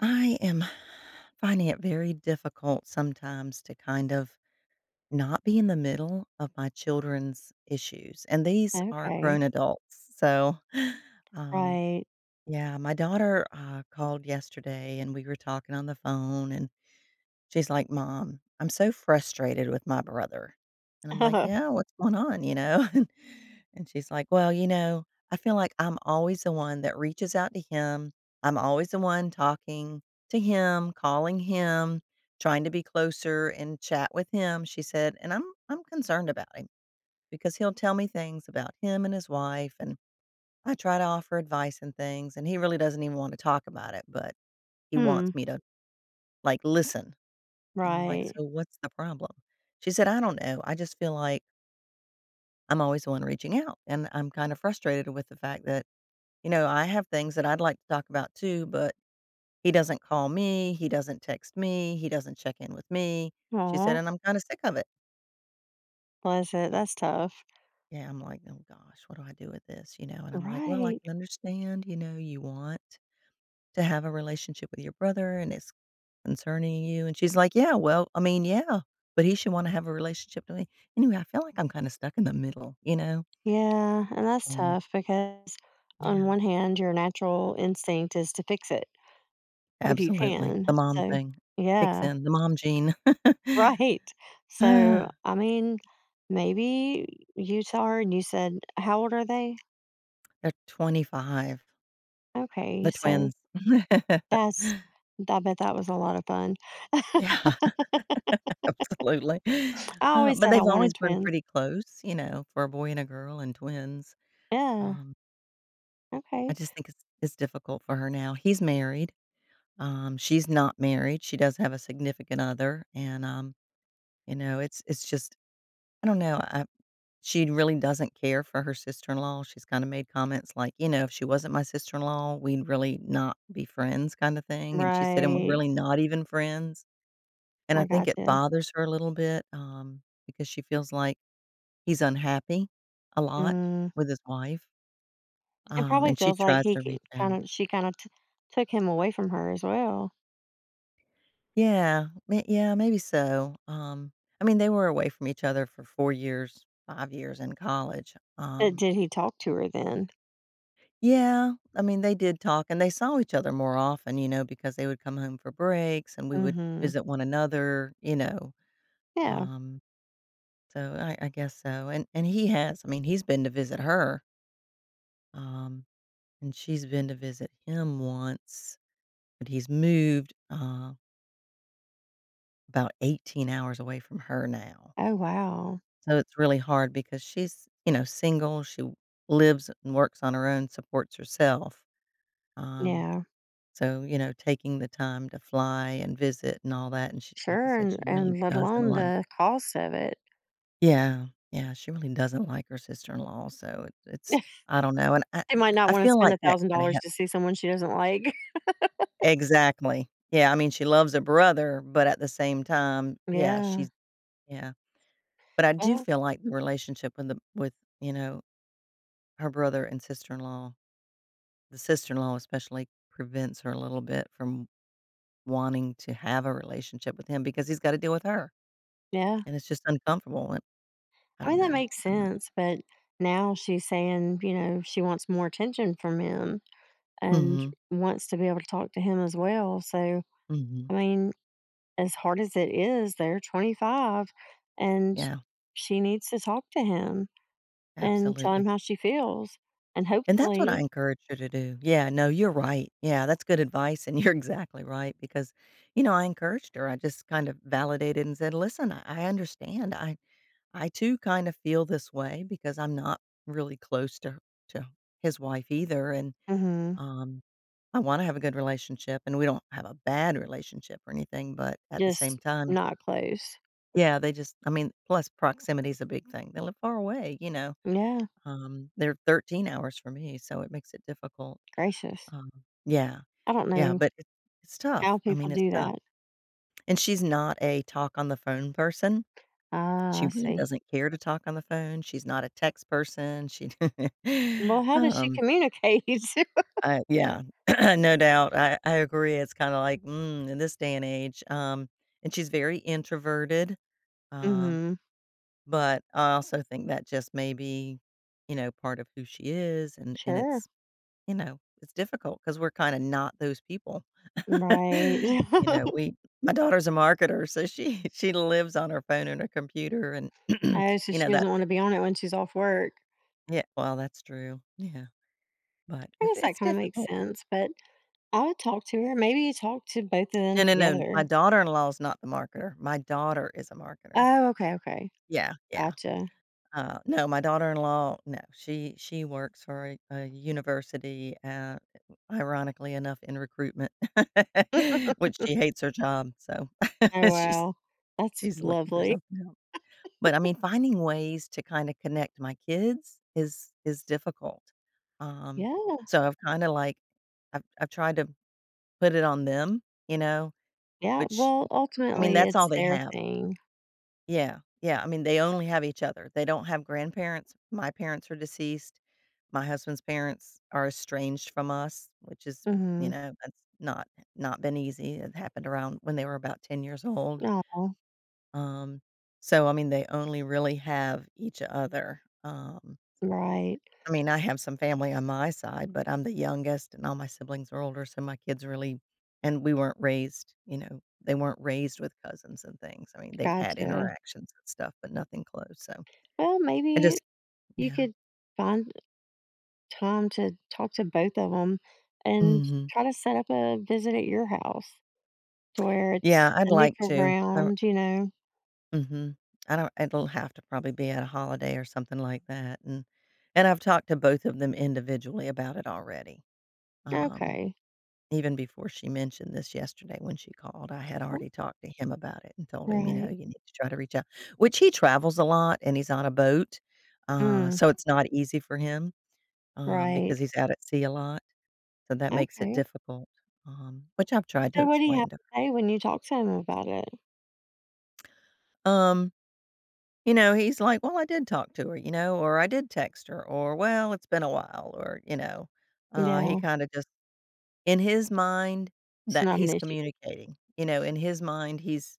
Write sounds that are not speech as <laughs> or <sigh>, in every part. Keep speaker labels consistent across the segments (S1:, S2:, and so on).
S1: I am finding it very difficult sometimes to kind of not be in the middle of my children's issues, and these are
S2: Okay.
S1: grown adults. So, <sighs> um,
S2: Right.
S1: yeah, my daughter, called yesterday and we were talking on the phone and she's like, "Mom, I'm so frustrated with my brother." And I'm like, "Yeah,
S2: <laughs>
S1: what's going on? You know?" <laughs> And she's like, "Well, you know, I feel like I'm always the one that reaches out to him. I'm always the one talking to him, calling him, trying to be closer and chat with him," she said, "and I'm concerned about him because he'll tell me things about him and his wife, and I try to offer advice and things, and he really doesn't even want to talk about it, but he
S2: Hmm.
S1: wants me to, like, listen." And I'm like,
S2: Right.
S1: "So what's the problem?" She said, "I don't know. I just feel like I'm always the one reaching out, and I'm kind of frustrated with the fact that, you know, I have things that I'd like to talk about too, but he doesn't call me, he doesn't text me, he doesn't check in with me." She said,
S2: Oh,
S1: "And I'm kinda sick of it."
S2: bless it.
S1: And I'm
S2: That's tough.
S1: Yeah, I'm like, "Oh gosh, what do I do with this?" You know, and I'm like, "Well, I
S2: Right.
S1: can understand, you know, you want to have a relationship with your brother, and it's concerning you?" And she's like, "Yeah, well, I mean, yeah, but he should wanna have a relationship to me." Anyway, I feel like I'm kinda stuck in the middle, you know?
S2: Yeah. And that's
S1: Um
S2: tough because, on
S1: Yeah,
S2: one hand, your natural instinct is to fix it if you
S1: absolutely.
S2: can.
S1: The mom
S2: So,
S1: thing kicks
S2: yeah. <laughs>
S1: in, the mom gene. <sighs> <laughs>
S2: Right. So,
S1: Ah,
S2: I mean, maybe you saw her and you said, how old are they?
S1: They're 25,
S2: Okay.
S1: the
S2: So,
S1: twins.
S2: that's,
S1: <laughs>
S2: I bet that was a lot of fun. <laughs>
S1: Yeah, <laughs> absolutely.
S2: I always
S1: But
S2: said I
S1: they've always
S2: wanted
S1: been
S2: twins.
S1: pretty close, you know, for a boy and a girl and twins.
S2: Yeah.
S1: Um, I
S2: Okay.
S1: just think it's difficult for her now. He's married. She's not married, she does have a significant other, and, you know, it's just I don't know, I she really doesn't care for her sister-in-law, she's kinda made comments like, you know, "If she wasn't my sister-in-law, we'd really not be friends," kinda thing, and she said, "And we're
S2: Right.
S1: really not even friends," and I
S2: I
S1: think it
S2: gotcha.
S1: bothers her a little bit, because she feels like he's unhappy a lot
S2: Mm.
S1: with his wife,
S2: It probably
S1: and she
S2: feels like
S1: tries
S2: he
S1: to reach out.
S2: kinda she kinda t took him away from her as well.
S1: Yeah, maybe so, I mean, they were away from each other for 4 years, 5 years in college,
S2: But did he talk to her then?
S1: Yeah, I mean, they did talk, and they saw each other more often, you know, because they would come home for breaks, and we would
S2: Mhm.
S1: visit one another, you know,
S2: Yeah.
S1: um, so I guess so, and he has I mean, he's been to visit her, um, and she's been to visit him once, but he's moved, about 18 hours away from her now.
S2: Oh, wow.
S1: So it's really hard because she's, you know, single, lives and works on her own, supports herself. Um,
S2: Yeah.
S1: so, you know, taking the time to fly and visit and all that, and she like I
S2: Sure,
S1: said,
S2: and
S1: she really
S2: and let
S1: doesn't
S2: alone
S1: like.
S2: the cost of it.
S1: Yeah, yeah, she really doesn't like her sister-in-law, so it's
S2: <laughs>
S1: I don't know, and
S2: She might not
S1: I
S2: wanna
S1: feel
S2: spend
S1: like that kinda
S2: $1,000
S1: hap
S2: to see someone she doesn't like. <laughs>
S1: exactly. Yeah, I mean, she loves her brother, but at the same time, yeah,
S2: Yeah.
S1: she's yeah. But I do
S2: Well,
S1: feel like the relationship with the, you know, her brother and sister-in-law. The sister-in-law especially prevents her a little bit from wanting to have a relationship with him because he's gotta deal with her,
S2: yeah.
S1: and it's just uncomfortable, and I
S2: I mean,
S1: don't
S2: that
S1: know.
S2: makes
S1: I'm not
S2: sense, but now she's saying, she wants more attention from him and
S1: mhm,
S2: wants to be able to talk to him as well, so,
S1: mhm.
S2: I mean, as hard as it is, they're 25, and
S1: Yeah,
S2: she needs to talk to him and tell him
S1: absolutely,
S2: how she feels. And
S1: and that's what I
S2: hopefully,
S1: encourage her to do. Yeah, no, you're right. Yeah, that's good advice, and <laughs> you're exactly right because, you know, I encouraged her. I just kind of validated and said, "Listen, I understand. I too kind of feel this way because I'm not really close to to his wife either, and
S2: hmm,
S1: Um, I wanna have a good relationship, and we don't have a bad relationship or anything, but at the same
S2: just
S1: time
S2: not close.
S1: yeah, they just I mean, plus proximity is a big thing. They live far away, you know?"
S2: Yeah,
S1: They're 13 hours for me, so it makes it difficult.
S2: gracious.
S1: Um, yeah.
S2: I don't
S1: Yeah,
S2: know
S1: but it's
S2: how
S1: tough. I
S2: people
S1: mean, it's
S2: do
S1: tough.
S2: that.
S1: And she's not a talk on the phone person.
S2: Ah,
S1: She
S2: I
S1: really
S2: see.
S1: doesn't care to talk on the phone. She's not a text person. She
S2: Well,
S1: <laughs>
S2: how does she
S1: um
S2: communicate? <laughs>
S1: I yeah, <clears throat> no doubt. I agree. It's kinda like, in this day and age, and she's very introverted, um,
S2: Hmm.
S1: but I also think that just may be, you know, part of who she is, and
S2: Sure.
S1: it's, you know, it's difficult because we 'cause we're kinda not those people. <laughs>
S2: Right.
S1: You know,
S2: <laughs>
S1: we my daughter's a marketer, so she <laughs> she lives on her phone and her computer and, <clears throat>
S2: Oh, so
S1: you know,
S2: she doesn't
S1: that's
S2: want to be on it when she's off work.
S1: yeah, well, that's true. Yeah, but
S2: I
S1: it's
S2: guess
S1: it's
S2: that kind of makes
S1: difficult.
S2: sense, but I would talk to her. Maybe you talk to both of them
S1: No, no, no. My
S2: together.
S1: daughter-in-law is not the marketer. My daughter is a marketer.
S2: Oh, okay, okay.
S1: Yeah, yeah.
S2: Gotcha.
S1: No, my daughter-in-law, no, she works for a university, ironically enough in recruitment, <laughs> which she hates her job, so
S2: Oh,
S1: <laughs> she's
S2: wow. That's
S1: she's looking for
S2: lovely.
S1: something else. But I mean, finding ways to kinda connect my kids is difficult. Um,
S2: Yeah,
S1: so I've kinda like I've tried to put it on them, you know,
S2: yeah.
S1: which
S2: Well,
S1: I mean,
S2: ultimately,
S1: that's all
S2: it's
S1: they
S2: their
S1: have.
S2: thing.
S1: Yeah, yeah, I mean, they only have each other. They don't have grandparents. My parents are deceased. My husband's parents are estranged from us, which is, you
S2: Mhm.
S1: know, that's not been easy. It happened around when they were about 10 years old.
S2: Aw,
S1: Um, so, I mean, they only really have each other.
S2: right.
S1: I mean, I have some family on my side, but I'm the youngest and all my siblings are older, so my kids really and we weren't raised, you know, they weren't raised with cousins and things. I mean, they've had
S2: Gotcha.
S1: interactions and stuff, but nothing close, so
S2: Well,
S1: I
S2: maybe
S1: just
S2: you
S1: yeah.
S2: could find time to talk to both of them and
S1: Mhm.
S2: try to set up a visit at your house to where it's
S1: Yeah, I'd
S2: a
S1: like
S2: neutral
S1: to. I
S2: ground, you know?
S1: Mhm. I don't it'll have to probably be at a holiday or something like that, and I've talked to both of them individually about it already, um
S2: Okay.
S1: even before she mentioned this yesterday when she called, I had
S2: W
S1: already talked to him about it and told him, you know,
S2: right.
S1: "You need to try to reach out," which he travels a lot and he's on a boat,
S2: Mm,
S1: so it's not easy for him,
S2: right.
S1: because he's out at sea a lot, so that makes it
S2: Okay.
S1: difficult, which I've tried to
S2: So what do you have
S1: explain to
S2: to say when you talk to him about it?
S1: her. You know, he's like, "Well, I did talk to her," you know, or, "I did text her," or, "Well, it's been a while," or, you know, he
S2: Yeah,
S1: kinda just in his mind
S2: it's
S1: that
S2: not an
S1: he's
S2: issue.
S1: communicating, you know, in his mind, he's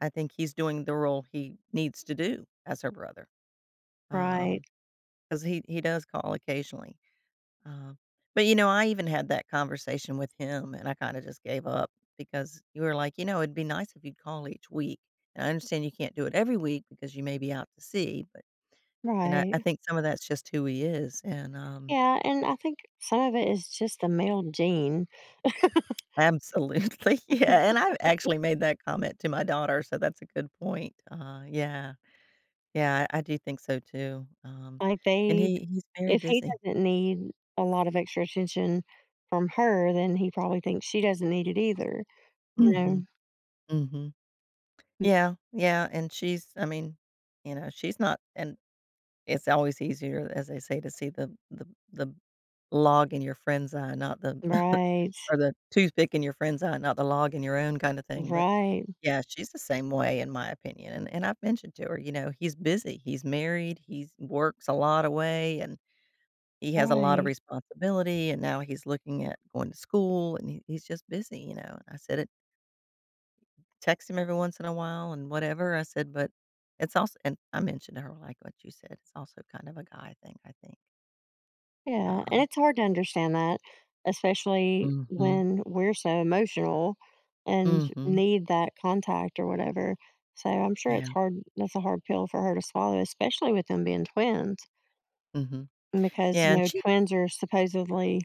S1: I think he's doing the role he needs to do as her brother,
S2: Right.
S1: because he does call occasionally, um, but, you know, I even had that conversation with him, and I kinda just gave up because you were like, "You know, it'd be nice if you'd call each week, and I understand you can't do it every week because you may be out to sea, but" and I
S2: Right.
S1: think some of that's just who he is,
S2: Yeah, and I think some of it is just the male gene.
S1: absolutely, <laughs> yeah, and I've actually made that comment to my daughter, so that's a good point, yeah. Yeah, I do think so too,
S2: Like
S1: and
S2: they,
S1: he's very
S2: if he
S1: busy.
S2: doesn't need a lot of extra attention from her, then he probably thinks she doesn't need it either, you know?
S1: Mhm, mhm.
S2: Mm.
S1: Yeah, yeah, and she's I mean, you know, she's not and it's always easier, as they say, to see the log in your friend's eye, not the <laughs>
S2: Right,
S1: or the toothpick in your friend's eye, not the log in your own kinda thing, but,
S2: right,
S1: yeah, she's the same way in my opinion, and I've mentioned to her, you know, he's busy, he's married, he works a lot away and he has a lot of
S2: right.
S1: responsibility, and now he's looking at going to school, and he's just busy, you know, and I said it text him every once in a while and whatever, I said, but it's also and I mentioned to her, like what you said, it's also kind of a guy thing, I think.
S2: Yeah, and
S1: Um
S2: it's hard to understand that, especially
S1: Mhm.
S2: when we're so emotional and
S1: Mhm.
S2: need that contact or whatever. So I'm sure it's
S1: Yeah.
S2: hard, that's a hard pill for her to swallow, especially with them being twins.
S1: Mhm.
S2: Because, you
S1: Yeah, and
S2: know,
S1: she
S2: twins are supposedly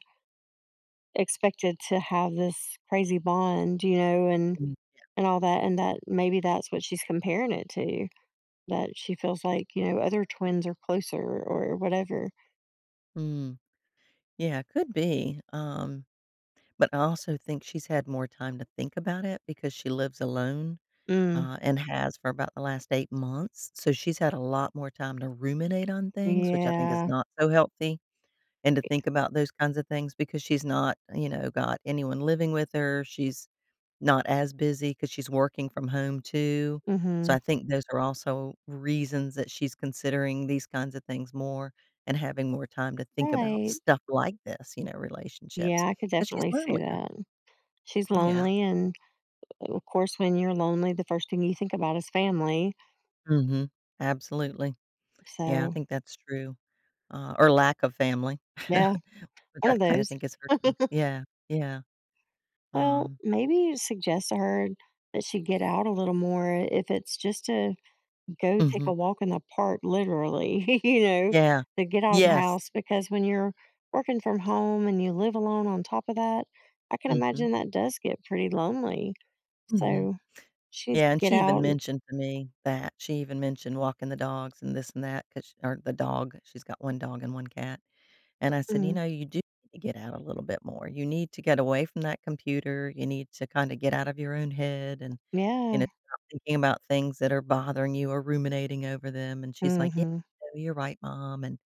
S2: expected to have this crazy bond, you know, and
S1: mm.
S2: and all that, and that maybe that's what she's comparing it to, that she feels like, you know, other twins are closer or whatever.
S1: Mm. Yeah, could be, but I also think she's had more time to think about it because she lives alone.
S2: Mm,
S1: And has for about the last 8 months, so she's had a lot more time to ruminate on things, which I think is
S2: yeah,
S1: not so healthy, and to think about those kinds of things because she's not, you know, got anyone living with her, she's not as busy because she's working from home too, so
S2: mhm,
S1: I think those are also reasons that she's considering these kinds of things more and having more time to think about
S2: right.
S1: stuff like this, you know, relationships,
S2: Yeah, I could
S1: because she's
S2: definitely see
S1: lonelier.
S2: that. She's
S1: Yeah.
S2: lonely, and of course, when you're lonely, the first thing you think about is family.
S1: Mhm. Absolutely. Yeah, I
S2: So,
S1: think that's true. Or lack of family.
S2: yeah,
S1: <laughs> But
S2: one of
S1: that kind of
S2: those.
S1: thing is her thing. Yeah, yeah,
S2: Well,
S1: um,
S2: maybe suggest to her that she get out a little more, if it's just to go take
S1: mhm,
S2: a walk in the park, literally, <laughs> you know,
S1: yeah.
S2: to get out of the
S1: Yes,
S2: house. Because when you're working from home and you live alone on top of that, I can
S1: mhm,
S2: imagine that does get pretty lonely.
S1: mhm.
S2: So she needs
S1: Yeah,
S2: to
S1: and
S2: get
S1: she even
S2: out and,
S1: mentioned to me that. She even mentioned walking the dogs and this and that 'cause or the dog, she's got 1 dog and 1 cat, and I said, "You
S2: mm,
S1: know, you do need to get out a little bit more. You need to get away from that computer. You need to kinda get out of your own head and, you know,
S2: yeah,
S1: stop thinking about things that are bothering you or ruminating over them," and she's like, "Yeah,
S2: hmm,
S1: you're right, mom," and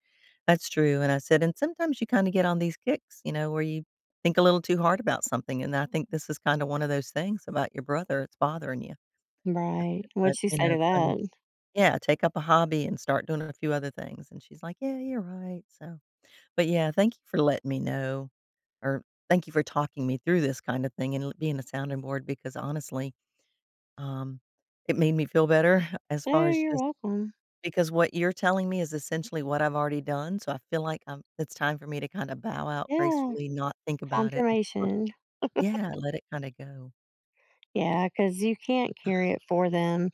S1: that's true, and I said and sometimes you kinda get on these kicks, you know, where you think a little too hard about something, and I think this is kinda one of those things about your brother, it's bothering you. I
S2: right.
S1: said,
S2: What'd
S1: "But,
S2: she
S1: you
S2: say
S1: know,
S2: to
S1: kinda"
S2: that?
S1: yeah, "Take up a hobby and start doing a few other things," and she's like, "Yeah, you're right," so but, yeah, thank you for letting me know or thank you for talking me through this kinda thing and l being a sounding board because honestly, um, it made me feel better <laughs> as far
S2: Oh,
S1: as
S2: you're
S1: just
S2: welcome.
S1: because what you're telling me is essentially what I've already done, so I feel like I'm it's time for me to kinda bow out
S2: Yeah,
S1: gracefully, not think about it, just sort of.
S2: confirmation.
S1: Yeah, let it kinda go.
S2: Yeah, because you can't carry it for them,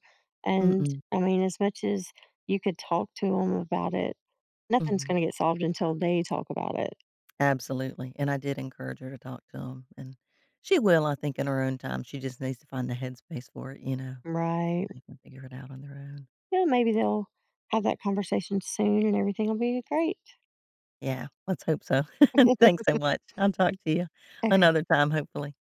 S2: and,
S1: Mm-mm,
S2: I mean, as much as you could talk to them about it, nothing's
S1: mhm,
S2: gonna get solved until they talk about it,
S1: absolutely, and I did encourage her to talk to him, and she will, I think, in her own time, she just needs to find the headspace for it, you know?
S2: right?
S1: They can figure it out on their own.
S2: Yeah, maybe they'll have that conversation soon and everything'll be great.
S1: Yeah, let's hope so. <laughs> Thanks so
S2: <laughs>
S1: much. I'll talk to you
S2: Okay.
S1: another time, hopefully.